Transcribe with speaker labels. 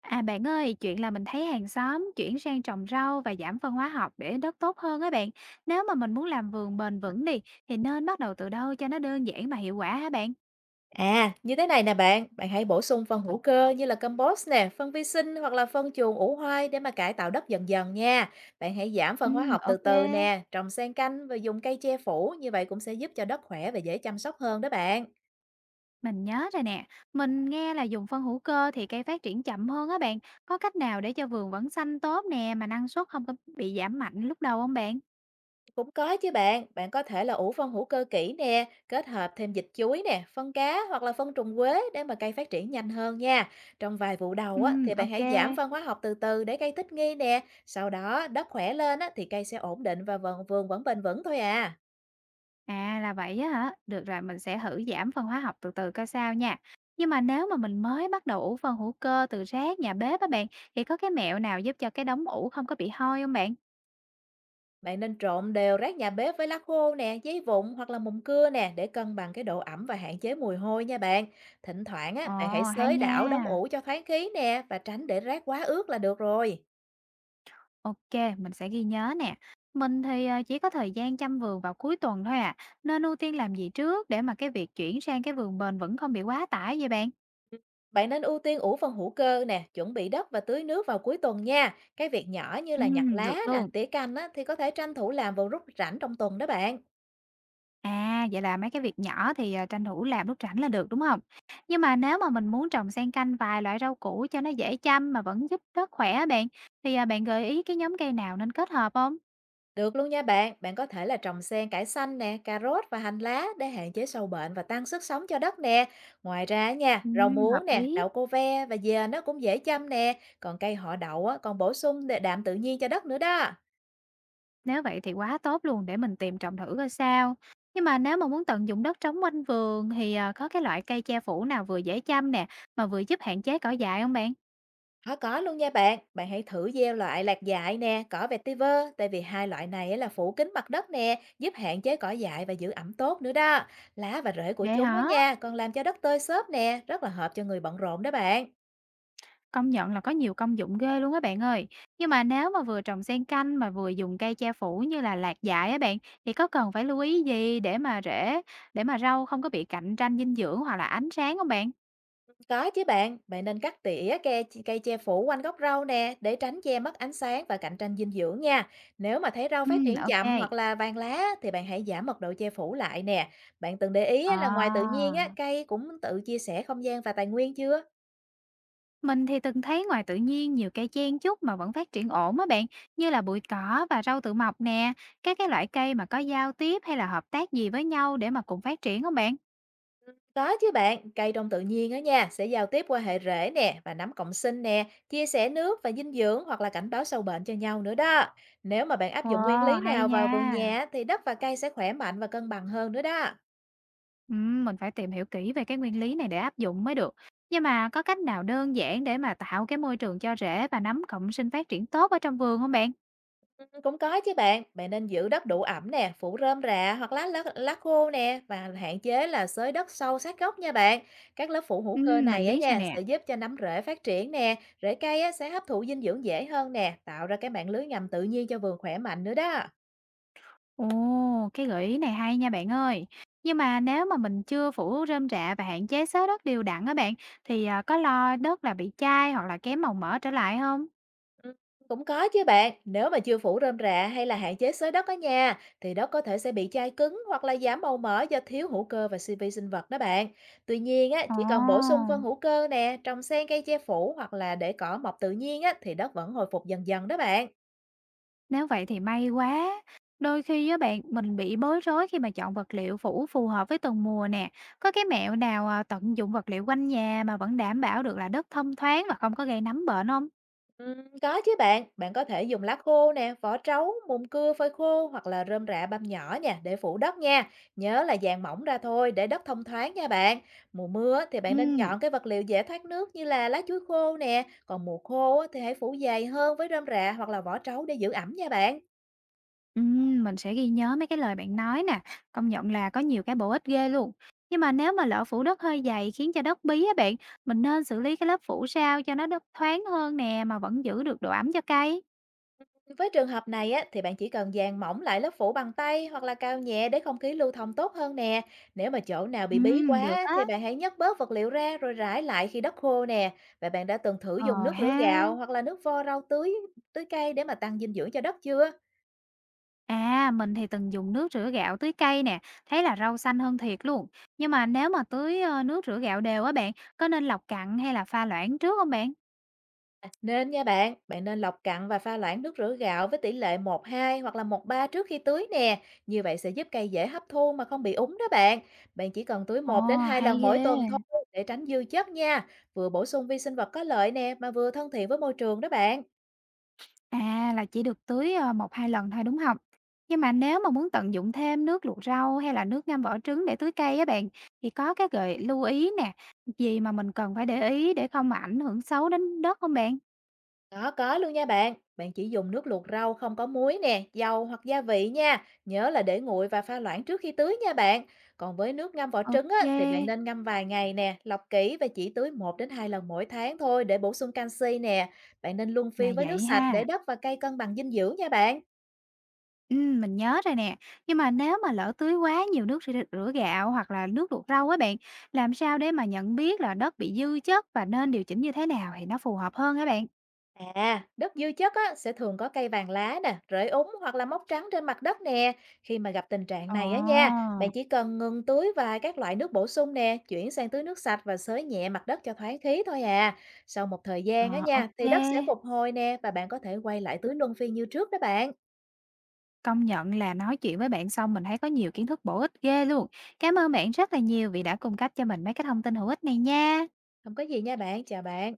Speaker 1: À bạn ơi, chuyện là mình thấy hàng xóm chuyển sang trồng rau và giảm phân hóa học để đất tốt hơn á bạn. Nếu mà mình muốn làm vườn bền vững đi thì nên bắt đầu từ đâu cho nó đơn giản mà hiệu quả hả bạn?
Speaker 2: À, như thế này nè bạn, bạn hãy bổ sung phân hữu cơ như là compost nè, phân vi sinh hoặc là phân chuồng ủ hoai để mà cải tạo đất dần dần nha. Bạn hãy giảm
Speaker 1: Ừ,
Speaker 2: phân hóa học từ
Speaker 1: ok.
Speaker 2: từ nè, trồng xen canh và dùng cây che phủ, như vậy cũng sẽ giúp cho đất khỏe và dễ chăm sóc hơn đó bạn.
Speaker 1: Mình nhớ rồi nè. Mình nghe là dùng phân hữu cơ thì cây phát triển chậm hơn á bạn. Có cách nào để cho vườn vẫn xanh tốt nè mà năng suất không có bị giảm mạnh lúc đầu không bạn?
Speaker 2: Cũng có chứ bạn, bạn có thể là ủ phân hữu cơ kỹ nè, kết hợp thêm dịch chuối nè, phân cá hoặc là phân trùng quế để mà cây phát triển nhanh hơn nha. Trong vài vụ đầu
Speaker 1: Ừ,
Speaker 2: á, thì bạn
Speaker 1: ok.
Speaker 2: hãy giảm phân hóa học từ từ để cây thích nghi nè. Sau đó đất khỏe lên á, thì cây sẽ ổn định và vườn vẫn bền vững thôi à.
Speaker 1: À là vậy á hả? Được rồi, mình sẽ thử giảm phân hóa học từ từ coi sao nha. Nhưng mà nếu mà mình mới bắt đầu ủ phân hữu cơ từ rác nhà bếp á bạn, thì có cái mẹo nào giúp cho cái đống ủ không có bị hôi không bạn?
Speaker 2: Bạn nên trộn đều rác nhà bếp với lá khô nè, giấy vụn hoặc là mùn cưa nè để cân bằng cái độ ẩm và hạn chế mùi hôi nha bạn. Thỉnh thoảng á, bạn hãy
Speaker 1: Ồ, hay
Speaker 2: xới đảo đóng
Speaker 1: nha.
Speaker 2: ủ cho thoáng khí nè và tránh để rác quá ướt là được rồi.
Speaker 1: Ok, mình sẽ ghi nhớ nè. Mình thì chỉ có thời gian chăm vườn vào cuối tuần thôi à, nên ưu tiên làm gì trước để mà cái việc chuyển sang cái vườn bền vững không bị quá tải vậy bạn?
Speaker 2: Bạn nên ưu tiên ủ phần hữu cơ nè, chuẩn bị đất và tưới nước vào cuối tuần nha. Cái việc nhỏ như
Speaker 1: Ừ,
Speaker 2: là nhặt lá
Speaker 1: được
Speaker 2: nè,
Speaker 1: luôn.
Speaker 2: tỉa cành á, thì có thể tranh thủ làm vào lúc rảnh trong tuần đó bạn.
Speaker 1: À, vậy là mấy cái việc nhỏ thì, tranh thủ làm lúc rảnh là được, đúng không? Nhưng mà nếu mà mình muốn trồng xen canh vài loại rau củ cho nó dễ chăm mà vẫn giúp đất khỏe á bạn, thì, bạn gợi ý cái nhóm cây nào nên kết hợp không?
Speaker 2: Được luôn nha bạn, bạn có thể là trồng xen cải xanh nè, cà rốt và hành lá để hạn chế sâu bệnh và tăng sức sống cho đất nè. Ngoài ra nha, rau
Speaker 1: Hợp
Speaker 2: muống nè,
Speaker 1: lý,
Speaker 2: đậu cô ve và dừa nó cũng dễ chăm nè. Còn cây họ đậu á, còn bổ sung để đạm tự nhiên cho đất nữa đó.
Speaker 1: nếu vậy thì quá tốt luôn, để mình tìm trồng thử coi sao. Nhưng mà nếu mà muốn tận dụng đất trống quanh vườn thì, có cái loại cây che phủ nào vừa dễ chăm nè, mà vừa giúp hạn chế cỏ dại không bạn?
Speaker 2: Có luôn nha bạn, bạn hãy thử gieo loại lạc dại nè, cỏ vetiver, tại vì hai loại này á là phủ kín mặt đất nè, giúp hạn chế cỏ dại và giữ ẩm tốt nữa đó. Lá và rễ của
Speaker 1: Vậy
Speaker 2: chúng á
Speaker 1: hả?
Speaker 2: nha, còn làm cho đất tơi xốp nè, rất là hợp cho người bận rộn đó bạn.
Speaker 1: Công nhận là có nhiều công dụng ghê luôn á bạn ơi. Nhưng mà nếu mà vừa trồng xen canh mà vừa dùng cây che phủ như là lạc dại á bạn, thì có cần phải lưu ý gì để mà rau không có bị cạnh tranh dinh dưỡng hoặc là ánh sáng không bạn?
Speaker 2: Có chứ bạn, bạn nên cắt tỉa cây che phủ quanh gốc rau nè, để tránh che mất ánh sáng và cạnh tranh dinh dưỡng nha. Nếu mà thấy rau
Speaker 1: Ừ,
Speaker 2: phát triển chậm
Speaker 1: ok.
Speaker 2: hoặc là vàng lá thì bạn hãy giảm mật độ che phủ lại nè. Bạn từng để ý á là ngoài tự
Speaker 1: À,
Speaker 2: nhiên á, cây cũng tự chia sẻ không gian và tài nguyên chưa?
Speaker 1: mình thì từng thấy ngoài tự nhiên nhiều cây chen chúc mà vẫn phát triển ổn á bạn, như là bụi cỏ và rau tự mọc nè, các cái loại cây mà có giao tiếp hay là hợp tác gì với nhau để mà cùng phát triển không bạn?
Speaker 2: Có chứ bạn, cây trong tự nhiên á nha, sẽ giao tiếp qua hệ rễ nè và nấm cộng sinh nè, chia sẻ nước và dinh dưỡng hoặc là cảnh báo sâu bệnh cho nhau nữa đó. Nếu mà bạn áp dụng nguyên lý
Speaker 1: Wow, hay
Speaker 2: nào vào vườn
Speaker 1: nha.
Speaker 2: nhà á, thì đất và cây sẽ khỏe mạnh và cân bằng hơn nữa đó.
Speaker 1: Mình phải tìm hiểu kỹ về cái nguyên lý này để áp dụng mới được. Nhưng mà có cách nào đơn giản để mà tạo cái môi trường cho rễ và nấm cộng sinh phát triển tốt ở trong vườn không bạn?
Speaker 2: Cũng có chứ bạn, bạn nên giữ đất đủ ẩm nè, phủ rơm rạ hoặc lá lá, lá khô nè và hạn chế là xới đất sâu sát gốc nha bạn. Các lớp phủ hữu cơ
Speaker 1: Mình
Speaker 2: này á
Speaker 1: biết rồi
Speaker 2: nha
Speaker 1: nè.
Speaker 2: sẽ giúp cho nấm rễ phát triển nè, rễ cây á, sẽ hấp thụ dinh dưỡng dễ hơn nè, tạo ra cái mạng lưới ngầm tự nhiên cho vườn khỏe mạnh nữa đó.
Speaker 1: Ồ, cái gợi ý này hay nha bạn ơi. Nhưng mà nếu mà mình chưa phủ rơm rạ và hạn chế xới đất đều đặn á bạn, thì có lo đất là bị chai hoặc là kém màu mỡ trở lại không?
Speaker 2: Ừm, cũng có chứ bạn, nếu mà chưa phủ rơm rạ hay là hạn chế xới đất ở nhà thì đất có thể sẽ bị chai cứng hoặc là giảm màu mỡ do thiếu hữu cơ và vi sinh vật đó bạn. Tuy nhiên á,
Speaker 1: Ồ.
Speaker 2: chỉ cần bổ sung phân hữu cơ nè, trồng xen cây che phủ hoặc là để cỏ mọc tự nhiên á thì đất vẫn hồi phục dần dần đó bạn.
Speaker 1: Nếu vậy thì may quá. Đôi khi á bạn, mình bị bối rối khi mà chọn vật liệu phủ phù hợp với từng mùa nè. Có cái mẹo nào tận dụng vật liệu quanh nhà mà vẫn đảm bảo được là đất thông thoáng và không có gây nấm bệnh không?
Speaker 2: Có chứ bạn, bạn có thể dùng lá khô nè, vỏ trấu, mùn cưa phơi khô hoặc là rơm rạ băm nhỏ nha để phủ đất nha. Nhớ là dàn mỏng ra thôi để đất thông thoáng nha bạn. Mùa mưa á, thì bạn nên
Speaker 1: Ừ,
Speaker 2: chọn cái vật liệu dễ thoát nước như là lá chuối khô nè, còn mùa khô á, thì hãy phủ dày hơn với rơm rạ hoặc là vỏ trấu để giữ ẩm nha bạn.
Speaker 1: Mình sẽ ghi nhớ mấy cái lời bạn nói nè. Công nhận là có nhiều cái bổ ích ghê luôn. Nhưng mà nếu mà lỡ phủ đất hơi dày khiến cho đất bí á bạn, mình nên xử lý cái lớp phủ sao cho nó đất thoáng hơn nè mà vẫn giữ được độ ẩm cho cây.
Speaker 2: Với trường hợp này á, thì bạn chỉ cần dàn mỏng lại lớp phủ bằng tay hoặc là cao nhẹ để không khí lưu thông tốt hơn nè. Nếu mà chỗ nào bị bí quá
Speaker 1: Được
Speaker 2: á,
Speaker 1: á.
Speaker 2: thì bạn hãy nhấc bớt vật liệu ra rồi rải lại khi đất khô nè. Và bạn đã từng thử dùng
Speaker 1: Ờ
Speaker 2: nước rửa
Speaker 1: ha.
Speaker 2: gạo hoặc là nước vo rau tưới tưới cây để mà tăng dinh dưỡng cho đất chưa?
Speaker 1: À, mình thì từng dùng nước rửa gạo tưới cây nè, thấy là rau xanh hơn thiệt luôn. Nhưng mà nếu mà tưới nước rửa gạo đều á bạn, có nên lọc cặn hay là pha loãng trước không bạn?
Speaker 2: À, nên nha bạn, bạn nên lọc cặn và pha loãng nước rửa gạo với tỷ lệ 1:2 hoặc là 1:3 trước khi tưới nè. Như vậy sẽ giúp cây dễ hấp thu mà không bị úng đó bạn. Bạn chỉ cần tưới
Speaker 1: Ồ,
Speaker 2: một đến hai
Speaker 1: hay
Speaker 2: lần
Speaker 1: ghê.
Speaker 2: mỗi tuần thôi để tránh dư chất nha. Vừa bổ sung vi sinh vật có lợi nè mà vừa thân thiện với môi trường đó bạn.
Speaker 1: À, là chỉ được tưới một hai lần thôi đúng không? Nhưng mà nếu mà muốn tận dụng thêm nước luộc rau hay là nước ngâm vỏ trứng để tưới cây á bạn, thì có cái lưu ý nè, gì mà mình cần phải để ý để không ảnh hưởng xấu đến đất không bạn?
Speaker 2: Có luôn nha bạn. Bạn chỉ dùng nước luộc rau không có muối nè, dầu hoặc gia vị nha. Nhớ là để nguội và pha loãng trước khi tưới nha bạn. Còn với nước ngâm vỏ trứng á, thì bạn
Speaker 1: Ok,
Speaker 2: nên ngâm vài ngày nè, lọc kỹ và chỉ tưới một đến 2 lần mỗi tháng thôi để bổ sung canxi nè. Bạn nên luân
Speaker 1: là
Speaker 2: phiên với nước
Speaker 1: vậy
Speaker 2: sạch để
Speaker 1: ha.
Speaker 2: đất và cây cân bằng dinh dưỡng nha bạn.
Speaker 1: Mình nhớ rồi nè. Nhưng mà nếu mà lỡ tưới quá nhiều nước để rửa gạo hoặc là nước luộc rau á bạn, làm sao để mà nhận biết là đất bị dư chất và nên điều chỉnh như thế nào thì nó phù hợp hơn hả bạn?
Speaker 2: À, đất dư chất á, sẽ thường có cây vàng lá nè, rễ úng hoặc là mốc trắng trên mặt đất nè. Khi mà gặp tình trạng
Speaker 1: Ờ,
Speaker 2: này á nha, bạn chỉ cần ngừng tưới và các loại nước bổ sung nè, chuyển sang tưới nước sạch và xới nhẹ mặt đất cho thoáng khí thôi à. Sau một thời
Speaker 1: ờ,
Speaker 2: gian á
Speaker 1: ô.
Speaker 2: nha, thì đất sẽ phục hồi nè và bạn có thể quay lại tưới luân phiên như trước đó bạn.
Speaker 1: Công nhận là nói chuyện với bạn xong mình thấy có nhiều kiến thức bổ ích ghê luôn. Cảm ơn bạn rất là nhiều vì đã cung cấp cho mình mấy cái thông tin hữu ích này nha.
Speaker 2: Không có gì nha bạn, chào bạn.